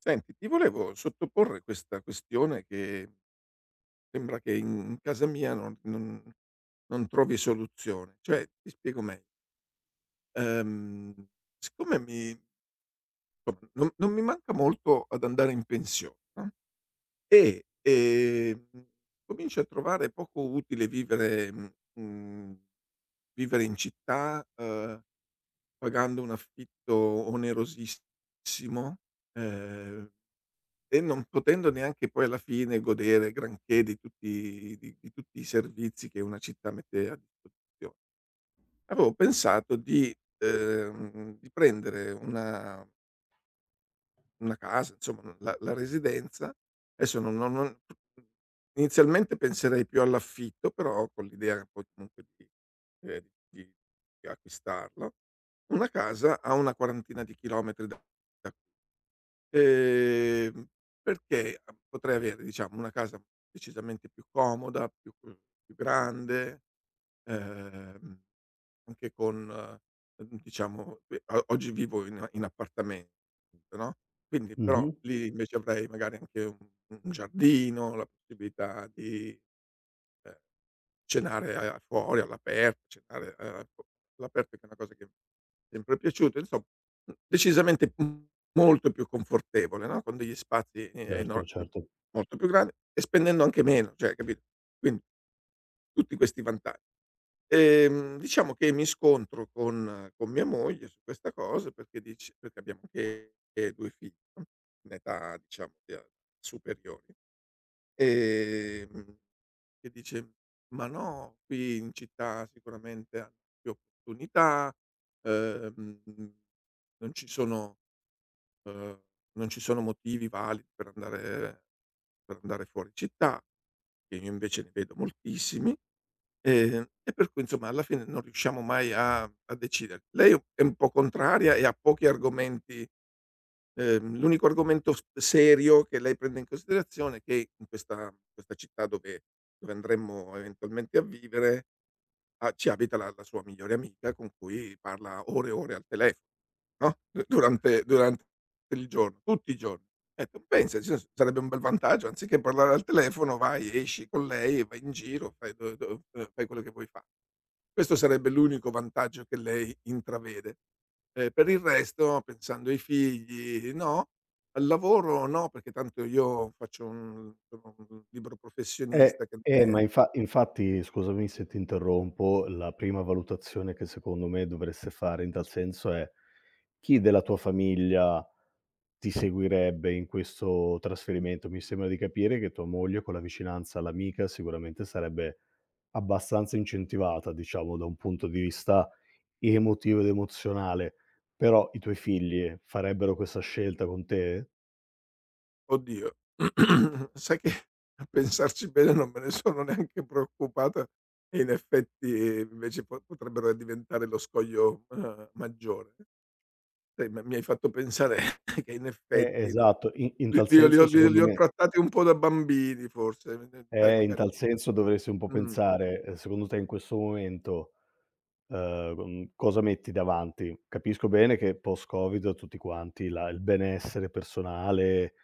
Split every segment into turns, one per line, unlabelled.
Senti, ti volevo sottoporre questa questione che sembra che in casa mia non trovi soluzione. Cioè, ti spiego meglio. Ehm, siccome mi, non mi manca molto ad andare in pensione, no? E, ehm, comincio a trovare poco utile vivere, mh, vivere in città, pagando un affitto onerosissimo. eh, E non potendo neanche poi alla fine godere granché di tutti i servizi che una città mette a disposizione. Avevo pensato di prendere una casa, insomma la residenza, adesso non non non inizialmente penserei più all'affitto, però con l'idea poi comunque di ehm, di di acquistarlo, una casa a una quarantina di chilometri da qui. Ehm, perché, potrei avere diciamo una casa decisamente più comoda, più grande, ehm, anche con, diciamo e o oggi vivo in appartamento, no, quindi però
Mh-mh.
lì invece avrei magari anche un giardino, la possibilità di, ehm cenare a fuori all'aperto, all'aperto, che è una cosa che mi è sempre piaciuta, insom decisamente molto più confortevole, no, con degli spazi e
Certo,
eno mhmm,
certo.
molto più grandi e spendendo anche meno, cioè, capito? Quindi tutti questi vantaggi. Diciamo che mi scontro con mia moglie su questa cosa perché dice, perché abbiamo anche 2 figli, no, in età diciamo, superiori, ehm che dice: "Ma no, qui in città sicuramente hanno più opportunità, ehm, non ci sono ehm, non ci sono motivi validi per andare fuori città", che io invece ne vedo moltissimi, e per cui insomma alla fine non riusciamo mai a decidere. Lei è un po' contraria e ha pochi argomenti. L'unico argomento s serio che lei prende in considerazione è che in questa città dove andremmo eventualmente a vivere, a ci abita la sua migliore amica con cui parla ore e ore al telefono, no, du durante durante il giorno, tutti i giorni. Ecco, pensaci, s sarebbe un bel vantaggio, anziché parlare al telefono vai, esci con lei, vai in giro, fai do do fai quello che vuoi fa Questo sarebbe l'unico vantaggio che lei intravede. Per il resto pensando ai figli no, al lavoro no, perché tanto io faccio un sono un libero
Eh,
professionista che non
eh, ma
è...
infa infatti scusami se ti interrompo, la prima valutazione che secondo me dovreste fare in tal senso è: chi della tua famiglia ti seguirebbe in questo trasferimento? Mi sembra di capire che tua moglie con la vicinanza all'amica sicuramente sarebbe abbastanza incentivata, diciamo, da un punto di vista emotivo ed emozionale, però i tuoi figli farebbero questa scelta con te?
Oddio, sai che a pensarci bene non me ne sono neanche preoccupato, e in effetti, invece po potrebbero diventare lo scoglio, maggiore. Sai, m mi hai fatto pensare che in effetti non
Esatto, in
li
tal
li ho li
senso
ho
secondo
li ho
me.
trattati un po' da bambini forse, sai,
In
magari
tal senso dovresti un po'
mh.
pensare, secondo te in questo momento, con cosa metti davanti. Capisco bene che post Covid tutti quanti la il benessere personale,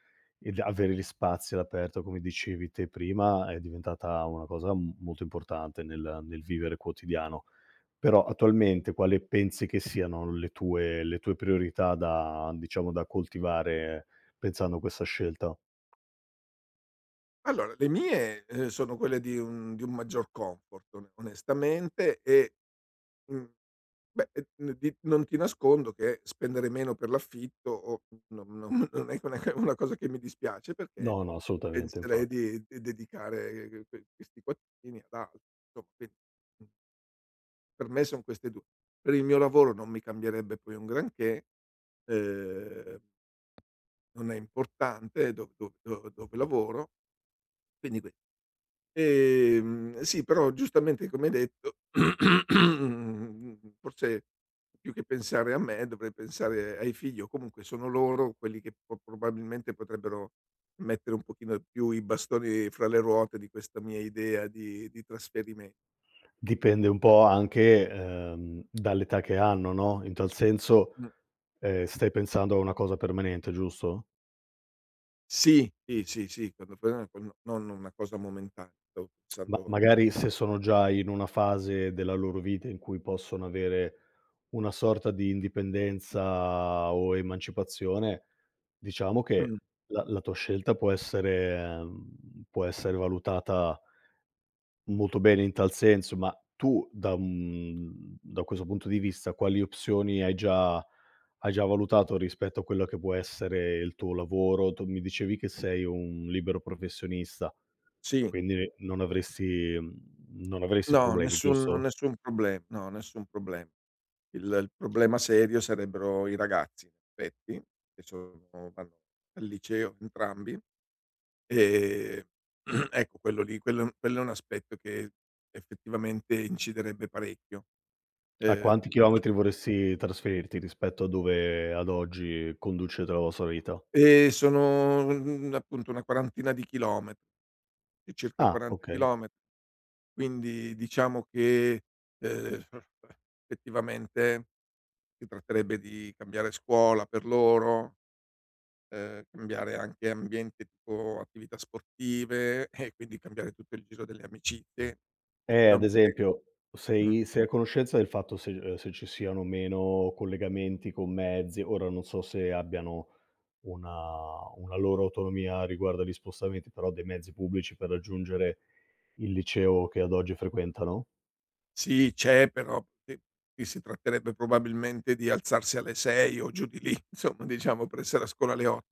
il avere gli spazi all'aperto, come dicevi te prima, è diventata una cosa m molto importante nel vivere quotidiano. Però attualmente quali pensi che siano le tue priorità da diciamo da coltivare pensando a questa scelta?
Allora, le mie, sono quelle di un maggior comfort on onestamente e, mhmm, beh, di non ti nascondo che spendere meno per l'affitto o non non non è una cosa che mi dispiace, perché
No, no, assolutamente, infa.
penserei di dedicare questi quattrini ad altro, insomma, quindi, mhmm, per me son queste 2. Per il mio lavoro non mi cambierebbe poi un granché, ehm, non è importante do do do dove lavoro, quindi que sì, però giustamente come hai detto, forse più che pensare a me dovrei pensare ai figli, o comunque sono loro quelli che po probabilmente potrebbero mettere un pochino più i bastoni fra le ruote di questa mia idea di trasferime...
Dipende un po' anche, dall'età che hanno, no, in tal senso,
mh,
stai pensando a una cosa permanente, giusto?
sì, sì, sì, sì, non una cosa momentanea, stavo
Ma
pensando
magari se sono già in una fase della loro vita in cui possono avere una sorta di indipendenza o emancipazione, diciamo che
mh,
la tua scelta può essere, può essere valutata molto bene in tal senso, ma tu da da questo punto di vista quali opzioni hai già valutato rispetto a quello che può essere il tuo lavoro? Tu mi dicevi che sei un libero professionista,
sì.
quindi non avresti non avresti
No,
problemi,
nessun
giusto?
nessun problem no, nessun problem Il problema serio sarebbero i ragazzi, in effetti, che sono vanno al liceo entrambi, ehm, ecco, quello è un aspetto che effettivamente inciderebbe parecchio.
A
Ehm,
quanti chilometri vorresti trasferirti rispetto a dove ad oggi conducete la vostra vita?
e sono, appunto una quarantina di chilometri, di circa
Ah,
40
okay.
chilometri, quindi diciamo che, ehm, effettivamente si tratterebbe di cambiare scuola per loro, cambiare anche ambiente, tipo attività sportive, e quindi cambiare tutto il giro delle amicizie.
Ad
Effettivamente
esempio,
mh,
sei a conoscenza del fatto se se ci siano o meno collegamenti con mezzi, ora non so se abbiano una una loro autonomia riguardo agli spostamenti, però dei mezzi pubblici per raggiungere il liceo che ad oggi frequentano?
sì, c'è, però sì, qui si tratterebbe probabilmente di alzarsi alle 6 o giù di lì, insomma, diciamo, per essere a scuola alle 8.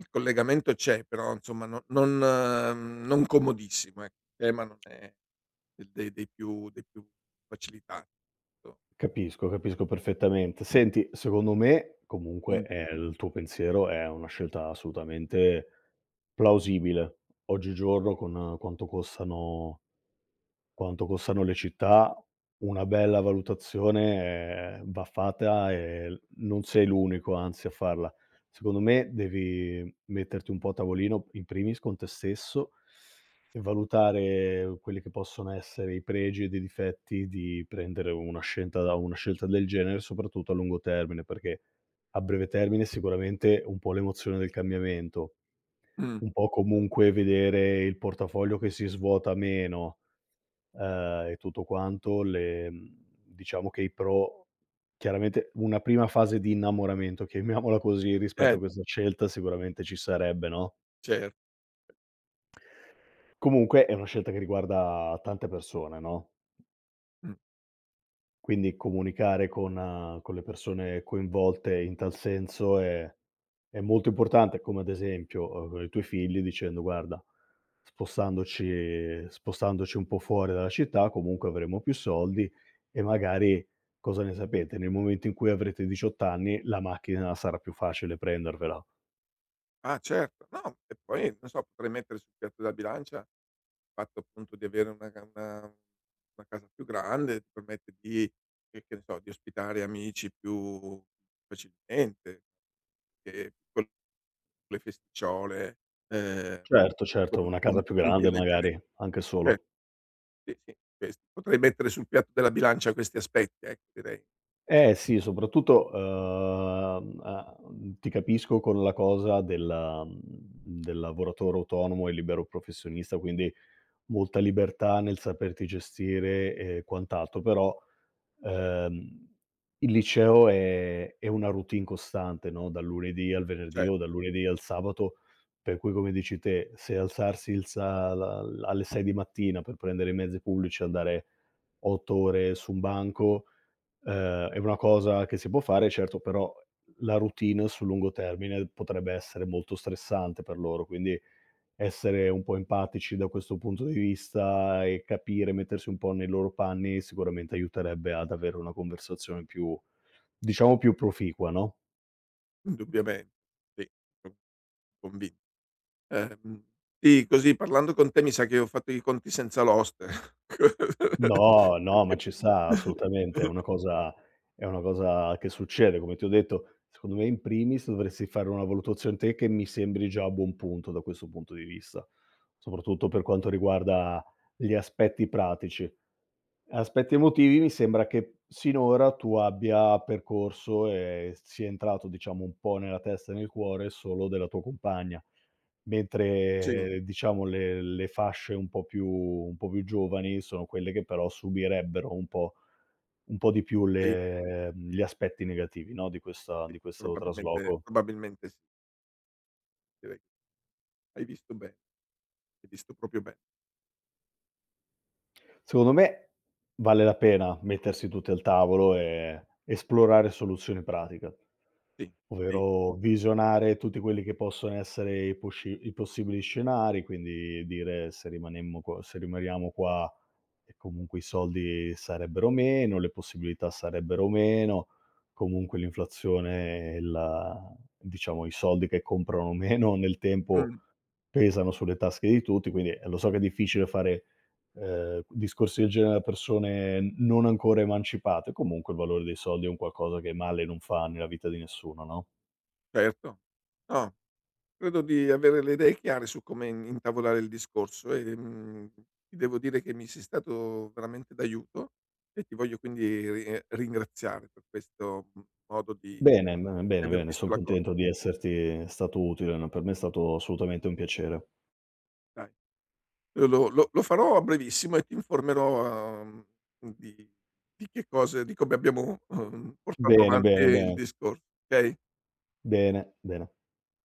Il collegamento c'è, però insomma, no, non non comodissimo, ecco. Ma non è del dei dei più facilitati.
Capisco, capisco perfettamente. Senti, secondo me comunque,
Mh,
il tuo pensiero è una scelta assolutamente plausibile. Oggigiorno con quanto costano, quanto costano le città? Una bella valutazione, va fatta e l non sei l'unico anzi a farla. Secondo me devi metterti un po' a tavolino, in primis con te stesso, e valutare quelli che possono essere i pregi ed i difetti di prendere una scelta del genere, soprattutto a lungo termine, perché a breve termine sicuramente un po' l'emozione del cambiamento,
mh,
un po' comunque vedere il portafoglio che si svuota meno, e tutto quanto, le diciamo che i pro, chiaramente una prima fase di innamoramento, chiamiamola così, rispetto a
eh,
questa scelta sicuramente ci sarebbe, no,
cer
comunque è una scelta che riguarda tante persone, no,
mh.
quindi comunicare con le persone coinvolte in tal senso è molto importante, come ad esempio, con i tuoi figli dicendo: "Guarda, spostandoci un po' fuori dalla città comunque avremo più soldi e magari, cosa ne sapete, nel momento in cui avrete 18 anni la macchina sarà più facile prendervela."
Ah, certo, no, e poi non so, potrei mettere sul piatto della bilancia il fatto, appunto, di avere una ca una casa più grande, ti permette di, che ne so, di ospitare amici più facilmente, che con le festicciole, ehm,
Certo,
con
certo, una
con
casa più
con più
grande
leggere,
magari, anche
eh,
solo.
sì, sì, questo. Potrei mettere sul piatto della bilancia questi aspetti, ecco, direi.
Eh sì, soprattutto, ti capisco con la cosa del lavoratore autonomo e libero professionista, quindi molta libertà nel saperti gestire e quant'altro, però, ehm, il liceo è una routine costante, no, dal lunedì al venerdì
Cioè,
o dal lunedì al sabato, per cui come dici te, se alzarsi il sa la l alle 6 di mattina per prendere i mezzi pubblici e andare 8 ore su un banco, è una cosa che si può fare certo, però la routine sul lungo termine potrebbe essere molto stressante per loro, quindi essere un po' empatici da questo punto di vista e capire, mettersi un po' nei loro panni, sicuramente aiuterebbe ad avere una conversazione più, diciamo più proficua, no.
indubbiamente, sì, son convin Ehm, sì, così parlando con te mi sa che ho fatto i conti senza l'oste.
No, no, ma
Perché
ci sta assolutamente, è una cosa, è una cosa che succede, come ti ho detto. Secondo me in primis dovresti fare una valutazione te, che mi sembri già a buon punto da questo punto di vista, soprattutto per quanto riguarda gli aspetti pratici. Aspetti emotivi mi sembra che sinora tu abbia percorso e sia entrato, diciamo, un po' nella testa e nel cuore solo della tua compagna,
sì,
mentre, diciamo le fasce un po' più giovani sono quelle che però subirebbero un po' di più
sì,
le gli aspetti negativi, no,
sì,
di questo trasloco.
probabilmente sì, direi. Hai visto bene, hai visto proprio bene.
Secondo me vale la pena mettersi tutti al tavolo e esplorare soluzioni pratiche.
Sì, sì.
Ovvero visionare tutti quelli che possono essere i posci i possibili scenari, quindi dire: "Se rimanemmo qua se rimaniamo qua, e comunque i soldi sarebbero meno, le possibilità sarebbero meno, comunque l'inflazione e la, diciamo, i soldi che comprano meno nel tempo
Mh,
pesano sulle tasche di tutti", quindi, lo so che è difficile fare, discorsi del genere a persone n non ancora emancipate, comunque il valore dei soldi è un qualcosa che male non fa nella vita di nessuno, no?
certo. No, credo di avere le idee chiare su come in intavolare il discorso e, ti devo dire che mi sei stato veramente d'aiuto, e ti voglio quindi ri ringraziare per questo, modo
Bene, bene,
di
bene,
aver
bene, son
visto la cosa.
contento di esserti stato utile. No, per me è stato assolutamente un piacere.
Dai. Lo farò a brevissimo, e ti informerò, di di che cose di come abbiamo, portato
Bene,
avanti
bene,
il
bene.
discor okay?
Bene, bene.